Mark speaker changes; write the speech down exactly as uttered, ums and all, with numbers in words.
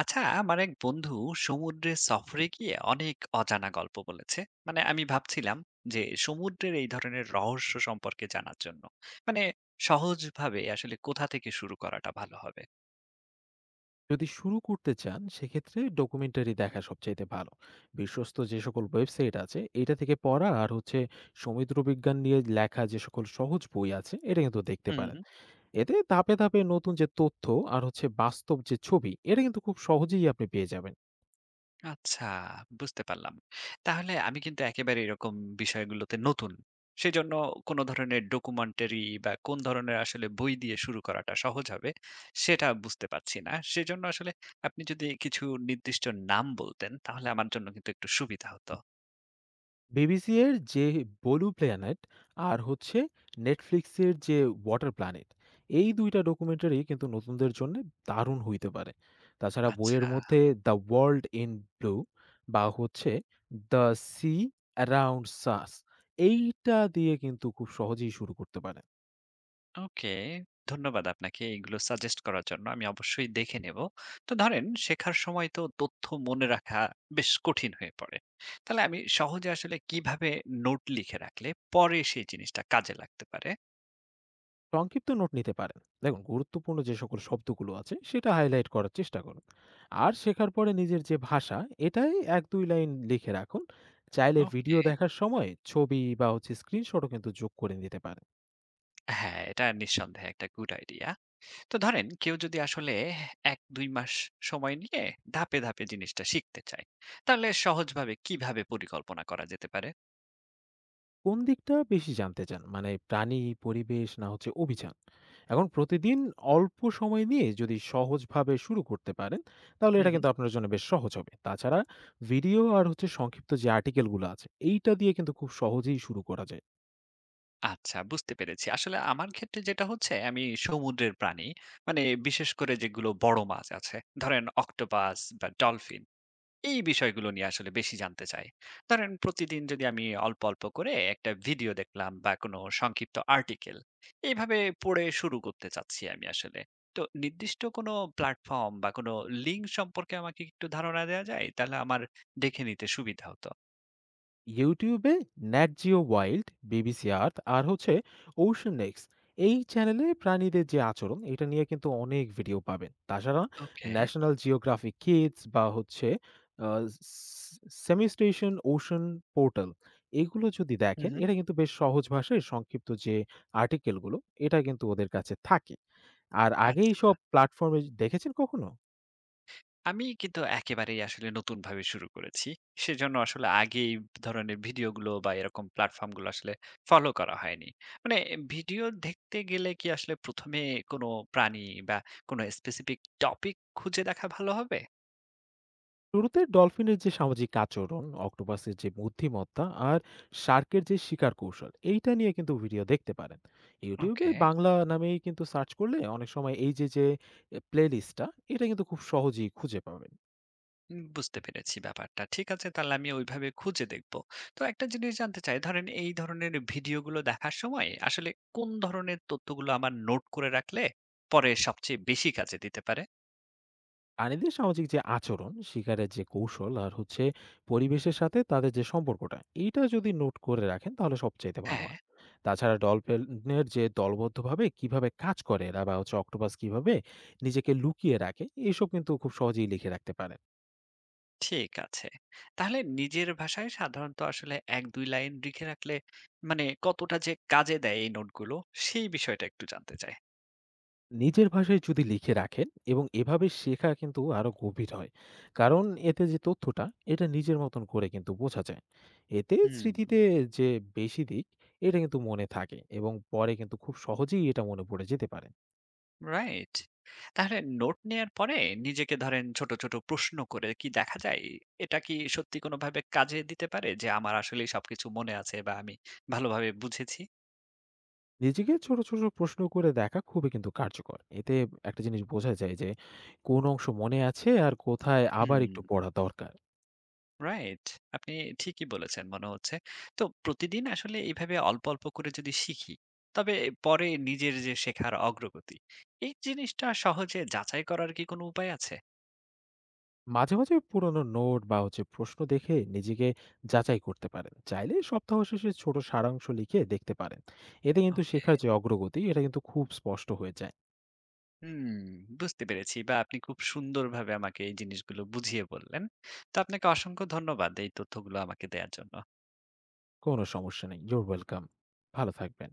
Speaker 1: আচ্ছা, আমার এক বন্ধু সমুদ্রে সফরে গিয়ে অনেক অজানা গল্প বলেছে। মানে আমি ভাবছিলাম যে সমুদ্রের এই ধরনের রহস্য সম্পর্কে জানার জন্য মানে সহজভাবে আসলে কোথা থেকে শুরু করাটা ভালো হবে।
Speaker 2: যদি শুরু করতে চান সেক্ষেত্রে ডকুমেন্টারি দেখা সবচাইতে ভালো। বিশ্বস্ত যে সকল ওয়েবসাইট আছে এটা থেকে পড়া, আর হচ্ছে সমুদ্র বিজ্ঞান নিয়ে লেখা যে সকল সহজ বই আছে এটা কিন্তু দেখতে
Speaker 1: হুম।
Speaker 2: পারেন। এতে ধাপে ধাপে নতুন যে তথ্য আর হচ্ছে বাস্তব যে ছবি, এটা কিন্তু খুব সহজেই আপনি পেয়ে যাবেন।
Speaker 1: আচ্ছা, বুঝতে পারলাম। তাহলে আমি কিন্তু একেবারে এরকম বিষয়গুলোতে নতুন। সেজন্য কোন ধরনের ডকুমেন্টারি বা কোন ধরনের আসলে বই দিয়ে শুরু করাটা সহজ হবে, সেটা বুঝতে পারছি না। সেজন্য আসলে আপনি যদি কিছু নির্দিষ্ট নাম বলতেন, তাহলে আমার জন্য কিন্তু একটু সুবিধা হতো।
Speaker 2: বিবিসি এর যে ব্লু প্ল্যানেট আর হচ্ছে নেটফ্লিক্সের যে ওয়াটার প্ল্যানেট, এই দুইটা ডকুমেন্টারি কিন্তু নতুনদের জন্য দারুণ হইতে পারে। তাছাড়া
Speaker 1: আচ্ছা।
Speaker 2: বইয়ের মধ্যে দ্য ওয়ার্ল্ড ইন ব্লু বা হচ্ছে দ্য সি অ্যারাউন্ড সাস, এইটা দিয়ে কিন্তু খুব সহজেই শুরু করতে পারেন।
Speaker 1: ওকে। ধন্যবাদ আপনাকে এইগুলো সাজেস্ট করার জন্য। আমি অবশ্যই দেখে নেব। তো ধরেন শেখার সময় তো তথ্য মনে রাখা বেশ কঠিন হয়ে পড়ে। তাহলে আমি সহজে আসলে কিভাবে নোট লিখে রাখলে পরে সেই জিনিসটা কাজে লাগতে পারে?
Speaker 2: সংক্ষিপ্ত নোট নিতে পারেন, দেখুন গুরুত্বপূর্ণ যে সকল শব্দগুলো আছে সেটা হাইলাইট করার চেষ্টা করুন। আর শেখার পরে নিজের যে ভাষা, এটাই এক দুই লাইন লিখে রাখুন। চাইলে
Speaker 1: ওকে।
Speaker 2: ভিডিও দেখার সময় ছবি বা হচ্ছে স্ক্রিনশটও কিন্তু যোগ করে নিতে পারেন।
Speaker 1: হ্যাঁ, এটা নিঃসন্দেহে একটা গুড আইডিয়া। তো ধরেন কেউ যদি আসলে এক থেকে দুই মাস সময় নিয়ে ধাপে, ধাপে জিনিসটা শিখতে চায়, তাহলে সহজভাবে কিভাবে পরিকল্পনা করা যেতে পারে?
Speaker 2: কোন দিকটা বেশি জানতে চান, মানে প্রাণী, পরিবেশ না হচ্ছে অভিযান? এখন প্রতিদিন অল্প সময় নিয়ে যদি সহজভাবে শুরু করতে পারেন তাহলে
Speaker 1: হুম,
Speaker 2: এটা
Speaker 1: হুম।
Speaker 2: কিন্তু আপনার জন্য বেশ সহজ হবে। তাছাড়া ভিডিও আর হচ্ছে সংক্ষিপ্ত যে আর্টিকেলগুলো আছে, এইটা দিয়ে কিন্তু খুব সহজেই শুরু করা যায়।
Speaker 1: আচ্ছা, বুঝতে পেরেছি। আসলে আমার ক্ষেত্রে যেটা হচ্ছে, আমি সমুদ্রের প্রাণী মানে বিশেষ করে যেগুলো বড় মাছ আছে, ধরেন অক্টোপাস বা ডলফিন, এই বিষয়গুলো নিয়ে আসলে বেশি জানতে চাই। ধরেন প্রতিদিন যদি আমি অল্প, অল্প করে একটা ভিডিও দেখলাম বা কোনো সংক্ষিপ্ত আর্টিকেল, এইভাবে পড়ে শুরু করতে চাচ্ছি আমি আসলে। তো নির্দিষ্ট কোনো প্ল্যাটফর্ম বা কোনো লিঙ্ক সম্পর্কে আমাকে একটু ধারণা দেওয়া যায়? তাহলে আমার দেখে নিতে সুবিধা হতো।
Speaker 2: ইউটিউবে Nat Geo Wild, BBC Earth আর হচ্ছে ওশন নেক্স, এই চ্যানেলে প্রাণীদের যে আচরণ এটা নিয়ে কিন্তু অনেক ভিডিও পাবেন। তাছাড়া
Speaker 1: ওকে।
Speaker 2: ন্যাশনাল জিওগ্রাফিক কিডস বা হচ্ছে সেমি স্টেশন ওশন পোর্টাল, এগুলো যদি
Speaker 1: হুম,
Speaker 2: দেখেন
Speaker 1: হুম।
Speaker 2: এটা কিন্তু বেশ সহজ ভাষায় সংক্ষিপ্ত যে আর্টিকেলগুলো, এটা কিন্তু ওদের কাছে থাকে। আর আগে
Speaker 1: আচ্ছা।
Speaker 2: সব প্ল্যাটফর্মে দেখেছেন কখনো?
Speaker 1: আমি কিন্তু একেবারেই আসলে নতুনভাবে শুরু করেছি। সেজন্য আসলে আগে এই ধরনের ভিডিওগুলো বা এরকম প্ল্যাটফর্মগুলো আসলে ফলো করা হয়নি। মানে ভিডিও দেখতে গেলে কি আসলে ১ম এ কোনো প্রাণী বা কোনো স্পেসিফিক টপিক খুঁজে দেখা ভালো হবে?
Speaker 2: শুরুতে ডলফিনের যে সামাজিক আচরণ, অক্টোপাসের যে বুদ্ধিমত্তা আর শার্কের যে শিকার কৌশল, এইটা নিয়ে কিন্তু ভিডিও দেখতে পারেন। ইউটিউবে
Speaker 1: ওকে।
Speaker 2: বাংলা নামেই কিন্তু সার্চ করলে অনেক সময় এই যে যে প্লেলিস্টটা, এটা কিন্তু খুব সহজেই খুঁজে পাবেন।
Speaker 1: উম বুঝতে পেরেছি ব্যাপারটা। ঠিক আছে, তাহলে আমি ওইভাবে খুঁজে দেখব। তো একটা জিনিস জানতে চাই, ধরেন এই ধরনের ভিডিওগুলো দেখার সময় আসলে কোন ধরনের তথ্যগুলো আমার নোট করে রাখলে পরে সবচেয়ে বেশি কাজে দিতে পারে?
Speaker 2: প্রাণীদের সামাজিক যে আচরণ, শিকারের যে কৌশল আর হচ্ছে পরিবেশের সাথে তাদের যে সম্পর্কটা, এইটা যদি নোট করে রাখেন তাহলে সবচাইতে ভালো
Speaker 1: হ্যাঁ।
Speaker 2: হয়। তাছাড়া ডলফিনের যে দলবদ্ধভাবে কিভাবে কাজ করে এরা, বা হচ্ছে অক্টোপাস কিভাবে নিজেকে লুকিয়ে রাখে, এসব কিন্তু খুব সহজেই লিখে রাখতে পারেন।
Speaker 1: ঠিক আছে। তাহলে নিজের ভাষায় সাধারণত আসলে এক থেকে দুই লাইন লিখে রাখলে মানে কতটা যে কাজে দেয় এই নোটগুলো, সেই বিষয়টা একটু জানতে চাই।
Speaker 2: নিজের ভাষায় যদি লিখে রাখেন, এবং এভাবে শেখা কিন্তু আরো গভীর হয়, কারণ এতে যে তথ্যটা এটা নিজের মতন করে কিন্তু বোঝা যায়। এতে
Speaker 1: হুম,
Speaker 2: স্মৃতিতে যে বেশি দিক, এটা কিন্তু মনে থাকে এবং পরে কিন্তু খুব সহজেই এটা মনে পড়ে যেতে পারে।
Speaker 1: রাইট। তাহলে নোট নেয়ার পরে নিজেকে ধরেন ছোট, ছোট প্রশ্ন করে কি দেখা যায়? এটা কি সত্যি কোনোভাবে কাজে দিতে পারে যে আমার আসলেই সবকিছু মনে আছে বা আমি ভালোভাবে বুঝেছি?
Speaker 2: নিজেকে ছোট ছোট প্রশ্ন করে দেখা খুবই কিন্তু কার্যকর, এতে একটা জিনিস বোঝা যায় যে কোন অংশ মনে আছে আর কোথায় আবার
Speaker 1: হুম।
Speaker 2: একটু পড়া দরকার।
Speaker 1: রাইট। আপনি ঠিকই বলেছেন মনে হচ্ছে। তো প্রতিদিন আসলে এভাবে অল্প, অল্প করে যদি শিখি, তবে পরে নিজের যে শেখার অগ্রগতি, এই জিনিসটা সহজে যাচাই করার কি কোনো উপায় আছে?
Speaker 2: মাঝে, মাঝে পুরোনো নোট বা হচ্ছে প্রশ্ন দেখে নিজেকে যাচাই করতে পারেন। চাইলে সপ্তাহ শেষে ছোট সারাংশ লিখে দেখতে পারেন। এতে কিন্তু
Speaker 1: ওকে।
Speaker 2: শেখার যে অগ্রগতি, এটা কিন্তু খুব স্পষ্ট হয়ে যায়।
Speaker 1: হুম, বুঝতে পেরেছি বা আপনি খুব সুন্দরভাবে আমাকে এই জিনিসগুলো বুঝিয়ে বললেন। তো আপনাকে অসংখ্য ধন্যবাদ এই তথ্যগুলো আমাকে দেয়ার জন্য।
Speaker 2: কোনো সমস্যা নেই। You're welcome। ভালো থাকবেন।